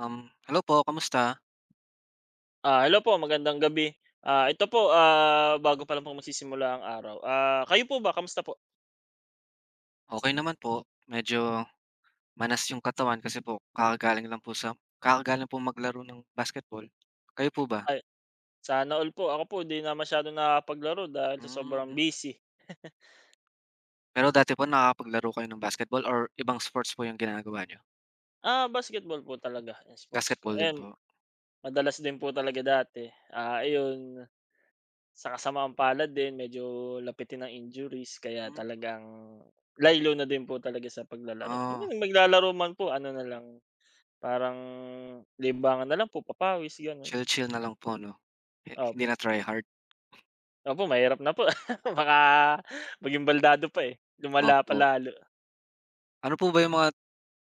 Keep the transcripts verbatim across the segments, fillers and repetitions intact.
Um, hello po, kamusta? Ah, hello po, magandang gabi. Ah, ito po, ah, bago pa lang po masisimula ang araw. Ah, kayo po ba, kamusta po? Okay naman po. Medyo manas yung katawan kasi po kakagaling lang po sa kakagaling po maglaro ng basketball. Kayo po ba? Ay, sana all po. Ako po 'di na masyadong nakapaglaro dahil sa sobrang Hmm, busy. Pero dati po nakakapaglaro kayo ng basketball or ibang sports po yung ginagawa niyo? Ah, basketball po talaga ang sports ko. Basketball din Ayan, po? madalas din po talaga dati. Ah, ayun, sa kasamaang palad din medyo lapitin ng injuries kaya Hmm, talagang laylo na din po talaga sa paglalaro. Yung ah, mga maglalaro man po ano na lang, parang libangan na lang po, papawis gano'n. Chill-chill na lang po 'no? Hi hindi Opo. na try-hard? Opo, mahirap na po. Baka maging baldado pa, eh, lumala pa Opo. lalo. Ano po ba yung mga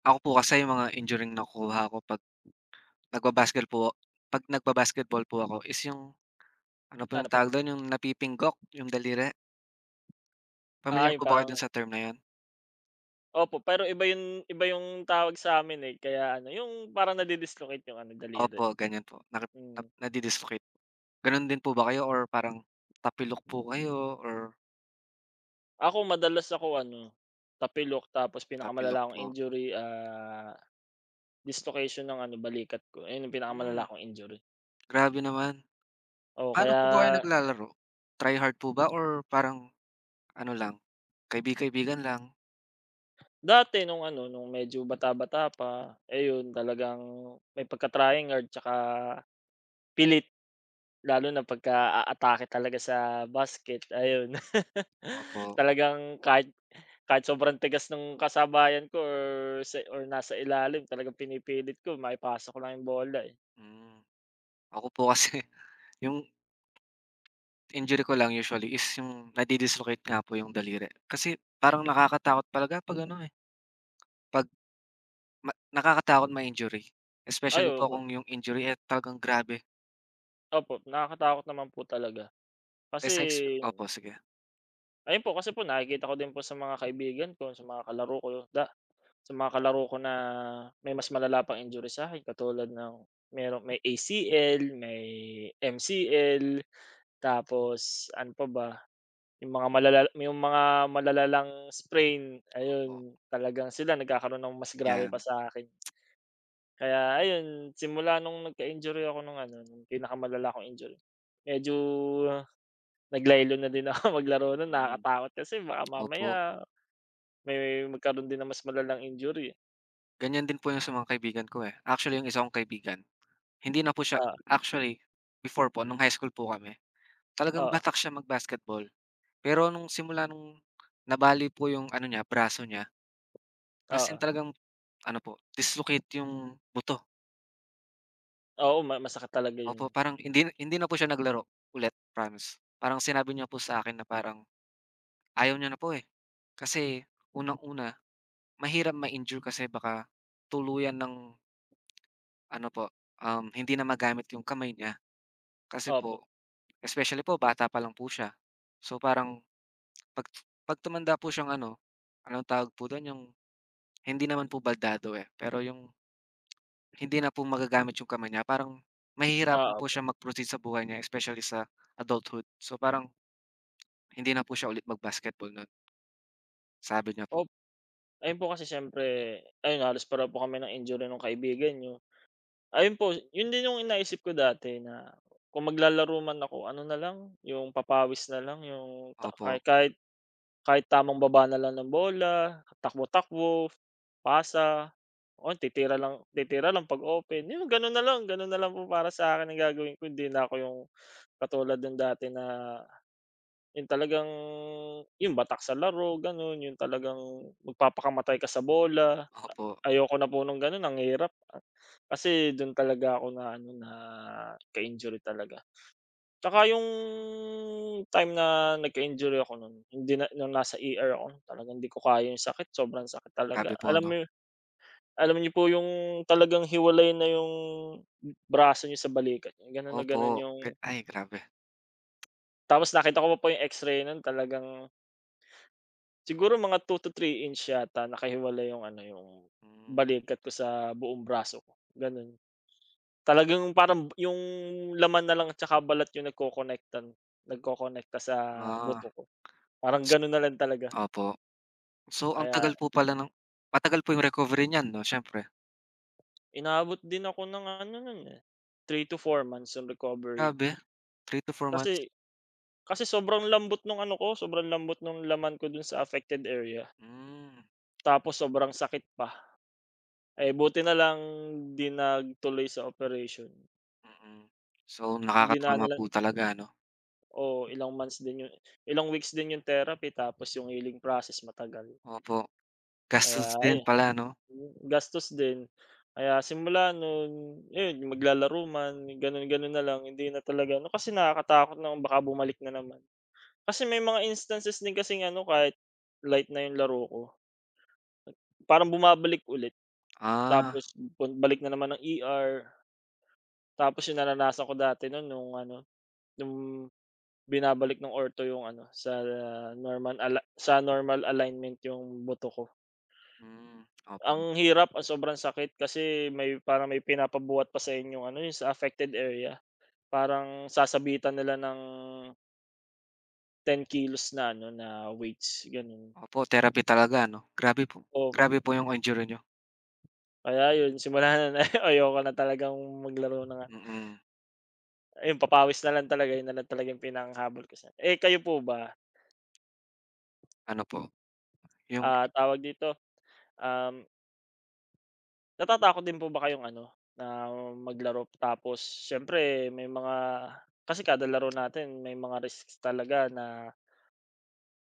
ako po kasi yung mga injuring nakukuha ko 'pag nagba po 'pag nagba-basketball po ako is yung ano po yung Ano po? tawag dun, yung napipinggok, yung daliri. Ah, Pamilyar Yung po ba kayo dun parang sa term na yun? opo, pero iba yung iba yung tawag sa amin eh, kaya ano, yung parang nadi yung ano, daliri. Opo, ganyan po. Naki Hmm. nap nadi-dislocate. Ganun din po ba kayo or parang tapilok po kayo or Ako madalas ako ano, tapilok, tapos tapilok pinakamalala kong po? injury, ah, dislocation ng ano, balikat ko. Ayun yung Hmm, pinakamalala kong injury. Grabe naman. Oo, Paano kaya po ba kayo naglalaro? Try-hard po ba or parang ano lang, kaibi-kaibigan lang? dati nung ano, nung medyo bata-bata pa, ayun talagang may pagka-tryhard 'tsaka pilit. Lalo na pagka-aatake talaga sa basket, ayun. Opo, Talagang kahit kahit sobrang tigas ng kasabayan ko, or sa or nasa ilalim talagang pinipilit ko maipasok lang yung bola, eh. hmm. Ako po kasi yung injury ko lang usually is yung nadi-dislocate nga po yung daliri. Kasi parang nakakatakot talaga 'pag ano, eh, 'pag ma nakakatakot ma-injury. Ay, Especially po opo, kung yung injury, eh, talagang grabe. opo, nakakatakot naman po talaga. Eh, Kasi sa exp opo, sige, ayun po, kasi po nakikita ko din po sa mga kaibigan ko, sa mga kalaro ko da sa mga kalaro ko na may mas malala pang injury sa'kin, katulad ng merong may A C L, may M C L, tapos ano pa ba? Yung mga malala yung mga malalalang sprain, opo, ayun talagang sila nagkakaroon ng mas grabe pa 'yan, sa'kin. Kaya ayun, simula nung nagka-injury ako nung ano, nung pinakamalala kong injury, medyo naglaylo na din ako maglaro nun, mm. nakakatakot kasi baka Opo, mamaya may magkaroon din ng mas malalang injury, eh. ganiyan din po 'yun sa mga kaibigan ko, eh. Actually, yung isa kong kaibigan, hindi na po siya Oo, actually, before po nung high school po kami, talagang oo, batak siya mag-basketball. Pero nung simula nung nabali po yung ano niya, braso niya, as in oo. talagang ano po, dislocate yung buto. Oo, ma masakit talaga yun. Opo, parang hindi hindi na po siya naglaro ulit, promise. Parang sinabi niya po sa akin na parang ayaw niya na po, eh. Kasi unang-una, mahirap ma-injure kasi baka tuluyan ng ano po, um, hindi na magamit yung kamay niya. Kasi Opo, po especially po bata pa lang po siya. So parang 'pag 'pag tumanda po siyang ano, anong tawag po dun, yung hindi naman po baldado, eh, pero yung hindi na po magagamit yung kamay niya parang mahihirapan oo po po. siya mag-proceed sa buhay niya especially sa adulthood. So parang hindi na po siya ulit mag-basketball nun, sabi niya po. Op ayun po kasi siyempre ayun halos pareho po kami ng injury nung kaibigan 'yun. Ayun po, yun din yung inaisip ko dati na kung maglalaro man ako ano na lang, yung papawis na lang, yung ta kahit Opo, kahit kahit tamang baba na lang ng bola, takbo-takbo, pasa, o titira lang titira lang 'pag open, yung gano'n na lang, gano'n na lang po para sa akin ang gagawin ko, hindi na ako yung katulad ng dati na yung talagang yung batak sa laro gano'n, yung talagang magpapakamatay ka sa bola. opo. Ayoko na po nung gano'n, ang hirap, ah, kasi do'n talaga ako na ano, na ka-injury talaga. Tsaka yung Mm, time na nagka-injury ako no'n, hindi na nung nasa E R ako talagang hindi ko kaya yung sakit, sobrang sakit talaga. Grabe po Alam 'no? mo alam niyo po yung talagang hiwalay na yung braso niyo sa balikat niyo, gano'n na gano'n Opo, yung Gra- ay, grabe. tapos nakita ko pa po yung X-ray no'n, talagang siguro mga two to three inch yata nakahiwalay yung ano, yung Hmm. balikat ko sa buong braso ko, gano'n. Talagang parang yung laman na lang at saka balat yung nagko nagkokonekta sa buto Ah, ko. Parang so gano'n na lang talaga. opo. So, ang Kaya tagal po pala ng matagal po yung recovery niyan 'no, siyempre? inaabot din ako ng ano nun, eh, three to four months yung recovery. Grabe, three to four Kasi months. kasi sobrang lambot nung ano ko, sobrang lambot nung laman ko dun sa affected area. Hmm, Tapos sobrang sakit pa. Eh, buti na lang 'di nagtuloy sa operation. mm. So, Dinaan na nakakatrauma lang po talaga, ano? oo, ilang months din yun, ilang weeks din yung therapy, tapos yung healing process matagal. Opo. Gastos Kaya ay din pala 'no? hmm, gastos din. Kaya simula no'n, 'yun maglalaro man, gano'n-gano'n na lang, hindi na talaga ano, kasi nakakatakot na kung baka bumalik na naman. Kasi may mga instances din kasing ano, kahit light na 'yung laro ko, parang bumabalik ulit Ah, tapos pag balik na naman ng E R, tapos 'yung naranasan ko dati no'n nung ano, nung binabalik ng ortho 'yung ano, sa normal ala sa normal alignment 'yung buto ko. hmm, opo. Ang hirap, ang sobrang sakit kasi may parang may pinapabuhat pa sa inyong ano, yung sa affected area. Parang sasabitan nila ng ten kilos na ano, na weights, gano'n. Opo, therapy talaga, ano? Grabe po, Oo, grabe po yung injury niyo. kaya yun simula no'n ay ayoko na talagang maglaro ng ano, Mm. ayun papawis na lang talaga, yun na lang talaga yung pinanghahabol ko sa eh, kayo po ba, Ano po, yung ah, tawag dito, um, natatakot din po ba kayong ano, na maglaro tapos siyempre may mga kasi kada laro natin may mga risks talaga na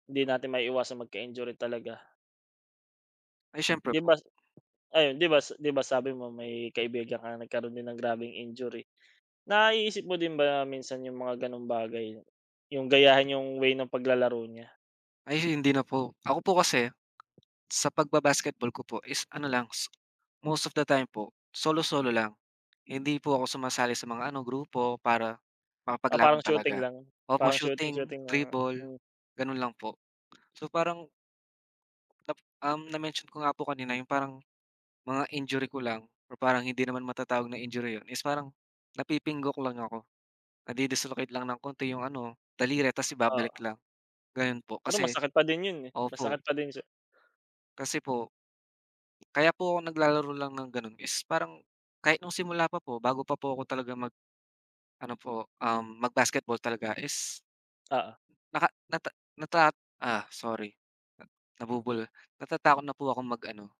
hindi natin maiiwasang magka-injury talaga. ay, siyempre 'Di po. ba ayun, 'di ba s- 'di ba sabi mo may kaibigan ka na nagkaroon din ng grabeng injury. Naiisip mo din ba minsan yung mga gano'ng bagay? Yung gayahin yung way ng paglalaro niya? Ay, hindi na po. Ako po kasi sa pagba-basketball ko po is ano lang, s most of the time po solo-solo lang. Hindi po ako sumasali sa mga ano, grupo para Ah, makapaglaban parang shooting talaga. lang, Opo, parang shooting, shooting-shooting na dribble, hmm, ganun lang po. So, parang nap um, na-mention ko nga po kanina yung parang mga injury ko lang or parang hindi naman matatawag na injury 'yun, is parang napipinggok lang ako, nadi-dislocate lang ng konti yung ano, daliri ta's ibabalik oo. lang, gano'n po. Pero Kasi masakit pa din yun, eh, masakit opo, pa din siya kasi po kaya po ako naglalaro lang ng gano'n is parang kahit nung simula pa po bago pa po ako talaga mag ano po, um, mag-basketball talaga is oo. naka nata nata ah, sorry, na nabubul natatakot na po akong mag-ano,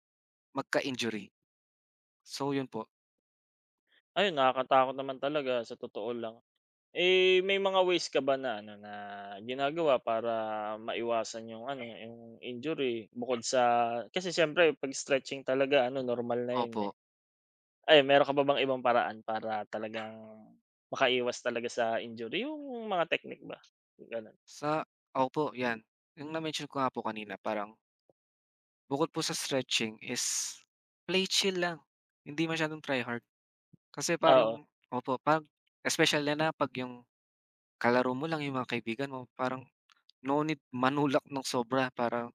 magka-injury. So yun po, Ayun, nakakatakot naman talaga sa totoo lang. Eh, may mga ways ka ba na ano, na ginagawa para maiwasan yung ano, yung injury bukod sa kasi siyempre 'pag stretching talaga ano normal na yun, opo. eh. Ay, meron ka pa bang ibang paraan para talagang makaiwas talaga sa injury, yung mga technique ba, gano'n? Sa opo, 'yan. Yung na-mention ko nga po kanina parang bukod po sa stretching is play chill lang, hindi masyadong try-hard. Kasi Oo, parang opo, 'pag especially na na 'pag yung kalaro mo lang, yung mga kaibigan mo, parang no need manulak ng sobra para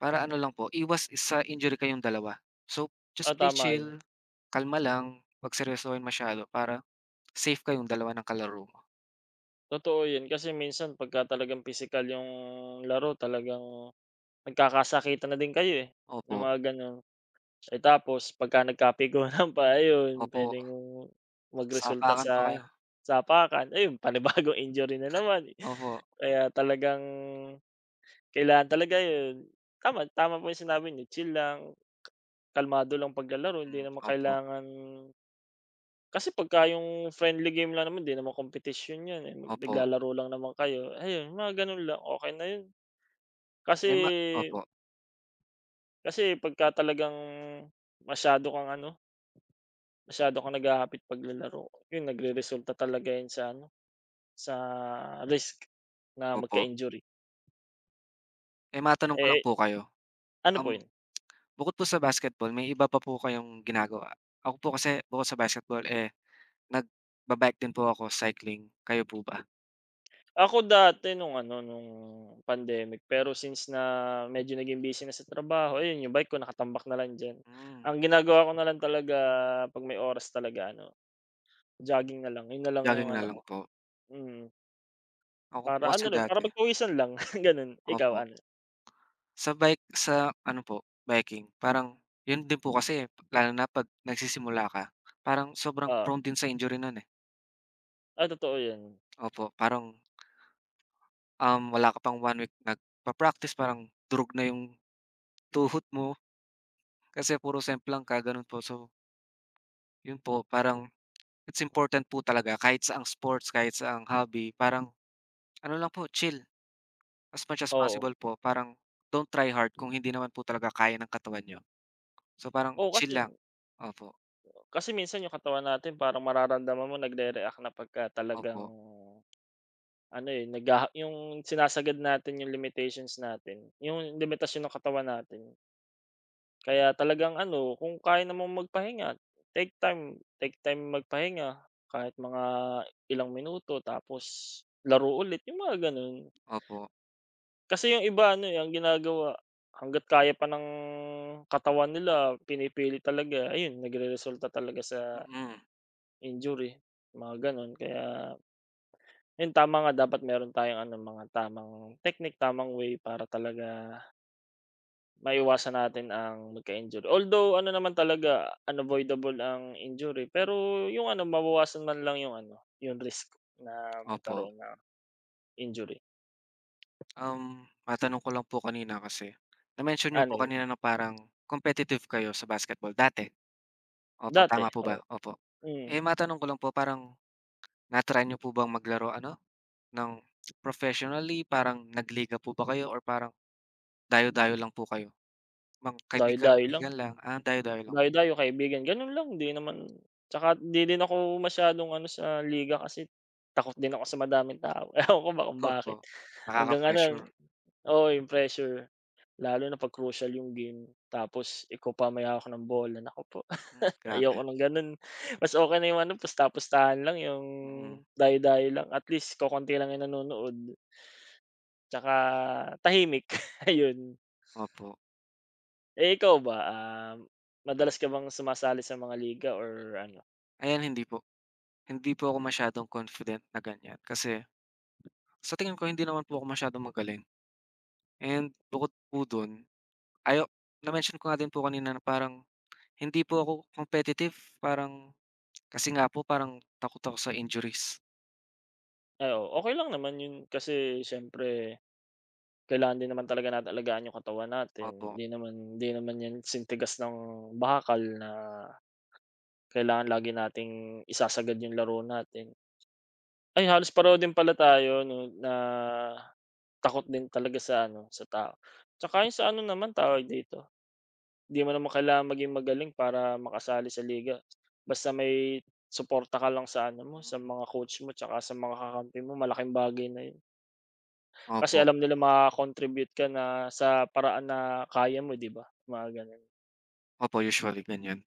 para ano lang po, iwas sa injury kayong dalawa. So, just oo, play tama yun. chill, kalma lang, 'wag seryosohin masyado para safe kayong dalawa ng kalaro mo. Totoo yun kasi minsan pagka talagang physical yung laro, talagang nagkakasakitan na din kayo, eh, yung Opo, mga gano'n. Ay tapos pagka nagkapiguran pa ayun opo, puwedeng magresulta sapakan pa sa kayo. sapakan, ayun panibagong injury na naman, eh. Opo, Kaya talagang kailangan talaga yun, tama, tama po yung sinabi niyo, chill lang, kalmado lang paglalaro, hindi mm, naman opo, kailangan kasi pagka yung friendly game lang naman, 'di naman kompetisyon yun, eh, opo. naglalaro lang naman kayo, ayun mga gano'n lang okey na yun. Kasi Eh, ma opo, kasi pagka talagang masyado kang ano masyado akong naghahapit paglalaro, yun nagreresulta talaga yun sa ano, sa risk na opo. magka-injury. Eh, matanong ko lang Eh, po kayo, ano po um, yun, bukod po sa basketball may iba pa po kayong ginagawa? Ako po kasi bukod sa basketball, eh, nagba din po ako, cycling. Kayo po ba? ako dati nung ano, nung pandemic, pero since na medyo naging busy na sa trabaho, ayun yung bike ko nakatambak na lang diyan. Hmm, Ang ginagawa ko na lang talaga 'pag may oras talaga ano, jogging na lang, yun na lang yung Jogging na ano lang ko, po. mm. Ako po Para ano kasi rin, dati para magpawisan lang, ganun. Ikaw opo, ano? sa bike sa ano po, biking parang yun din po kasi lalo na 'pag nagsisimula ka, parang sobrang Oo. prone din sa injury nun, eh. Ah, totoo yun. Opo, parang, um, wala ka pang one week nagpa-practice parang durog na yung tuhod mo kasi puro semp lang ka, ganun po. So, yun po parang it's important po talaga kahit sa ang sports, kahit sa ang hobby parang ano lang po, chill as much as Oo. possible po. Parang don't try hard kung hindi naman po talaga kaya ng katawan niyo. So, parang Oo, kasi chill lang, opo. kasi minsan yung katawan natin parang mararamdaman mo nagre-react na pagka talagang Opo, ano, eh, naghaha yung sinasagad natin yung limitations natin, yung limitasyon ng katawan natin. Kaya talagang ano, kung kaya namang magpahinga, take time, take time magpahinga kahit mga ilang minuto, tapos laro ulit, yung mga gano'n. opo, Kasi yung iba ano, eh, ang ginagawa hangga't kaya pa ng katawan nila pinipilit talaga, ayun nagreresulta talaga sa mm, injury, mga gano'n. Kaya 'yun, tama nga dapat meron tayong ano, mga tamang technique, tamang way para talaga maiwasan natin ang magka-injury. Although ano naman talaga, unavoidable ang injury, pero 'yung ano, mabawasan man lang 'yung ano, 'yung risk na opo. magkaroon ng injury. Um, matanong ko lang po kanina kasi, na-mention niyo Ano po 'yun, kanina na parang competitive kayo sa basketball dati? Opo, dati, tama po oo. ba? Opo. Mm, Eh, matanong ko lang po parang na-try niyo po bang maglaro ano, ng professionally? Parang nagliga po ba kayo or parang dayo-dayo lang po kayo? Mga dayo-dayo lang. kaibigan-kaibigan lang? Ah, dayo-dayo lang po. Dayo-dayo kaibigan, gano'n lang di naman tsaka di din ako masyadong ano sa liga kasi takot din ako sa madaming tao, ewan ko ba kung Opo, bakit. Hanggang ano nakaka-pressure. oo, yung pressure lalo na 'pag crucial yung game tapos ikaw pa may hawak ng bola, naku po Hmm, ayoko Grabe, ng gano'n. Mas okay na yung ano pusta-pustahan lang yung mm. dayo-dayo lang at least kokonti lang yung nanonood tsaka tahimik ayun. Opo. Eh, ikaw ba, Um, madalas ka bang sumasali sa mga liga or ano? Ayan, hindi po, hindi po ako masyadong confident na ganyan kasi sa tingin ko hindi naman po ako masyadong magaling, and bukod po dun, ayo na-mention ko nga din po kanina na parang hindi po ako competitive parang kasi nga po parang takot ako sa injuries. Ay, oo, okey lang naman 'yun kasi siyempre kailangan din naman talaga natin alagaan yung katawan natin. Opo, Hindi naman hindi naman 'yan sintigas ng bakal na kailangan lagi nating isasagad yung laro natin. Ay, halos pareho din pala tayo 'no, na takot din talaga sa ano, sa tao. Tsaka yung sa ano naman, tawag dito, di mo naman kailangan maging magaling para makasali sa liga. Basta may suporta ka lang sa ano mo, sa hmm, mga coach mo tsaka sa mga kakampi mo, malaking bagay na 'yun. Kasi opo. alam nila maka-contribute ka na sa paraan na kaya mo, 'di ba? Mga gano'n. Opo, usually ganyan,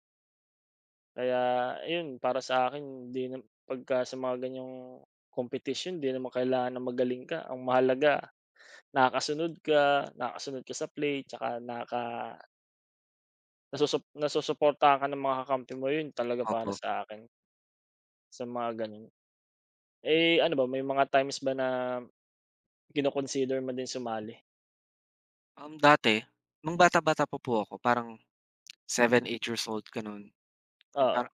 Kaya ayun, para sa akin hindi nam pagka sa mga ganiyang competition, 'di naman kailangan na magaling ka. Ang mahalaga nakakasunod ka, nakakasunod ka sa play, tsaka nakaka nasusup nasusuportahan ka ng mga kakampi mo, yun talaga para opo. sa akin, sa mga gano'n. Eh, ano ba, may mga times ba na kino-consider mo din sumali? Um, dati nung bata-bata pa po ako parang seven eight years old gano'n. Oo. Parang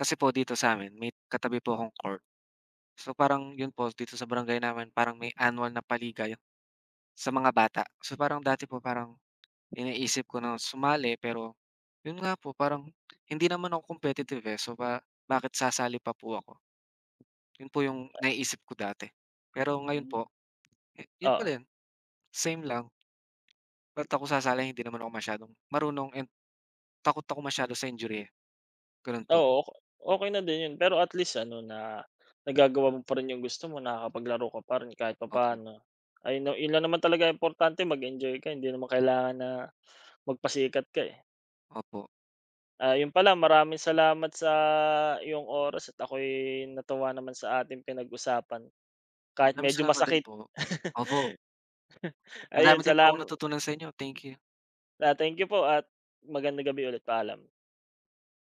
kasi po dito sa amin may katabi po akong court. So parang yun po dito sa barangay namin parang may annual na paliga sa mga bata. So parang dati po parang iniisip ko na sumali pero yun nga po parang hindi naman ako competitive, eh, so ba bakit sasali pa po ako? Yun po yung naiisip ko dati. Pero ngayon Hmm. po, eh, yun pa Oo. rin, same lang, ba't ako sasali, hindi naman ako masyadong marunong and takot ako masyado sa injury, eh, ganun po. Oo, oka okey na din 'yun pero at least ano na nagagawa mo pa rin 'yung gusto mo, nakakapaglaro ka pa rin kahit Opo, papaano. Ayun na 'yun lang naman talaga importante mag-enjoy ka, hindi naman kailangan na magpasikat ka, eh. opo. Ah, 'yun pala maraming salamat sa iyong oras at ako'y natuwa naman sa ating pinag-usapan kahit Maraming medyo salamat din masakit. po. Opo, Ayun madami din po akong salam natutunan sa inyo, thank you. ah, thank you po at magandang gabi ulit, paalam.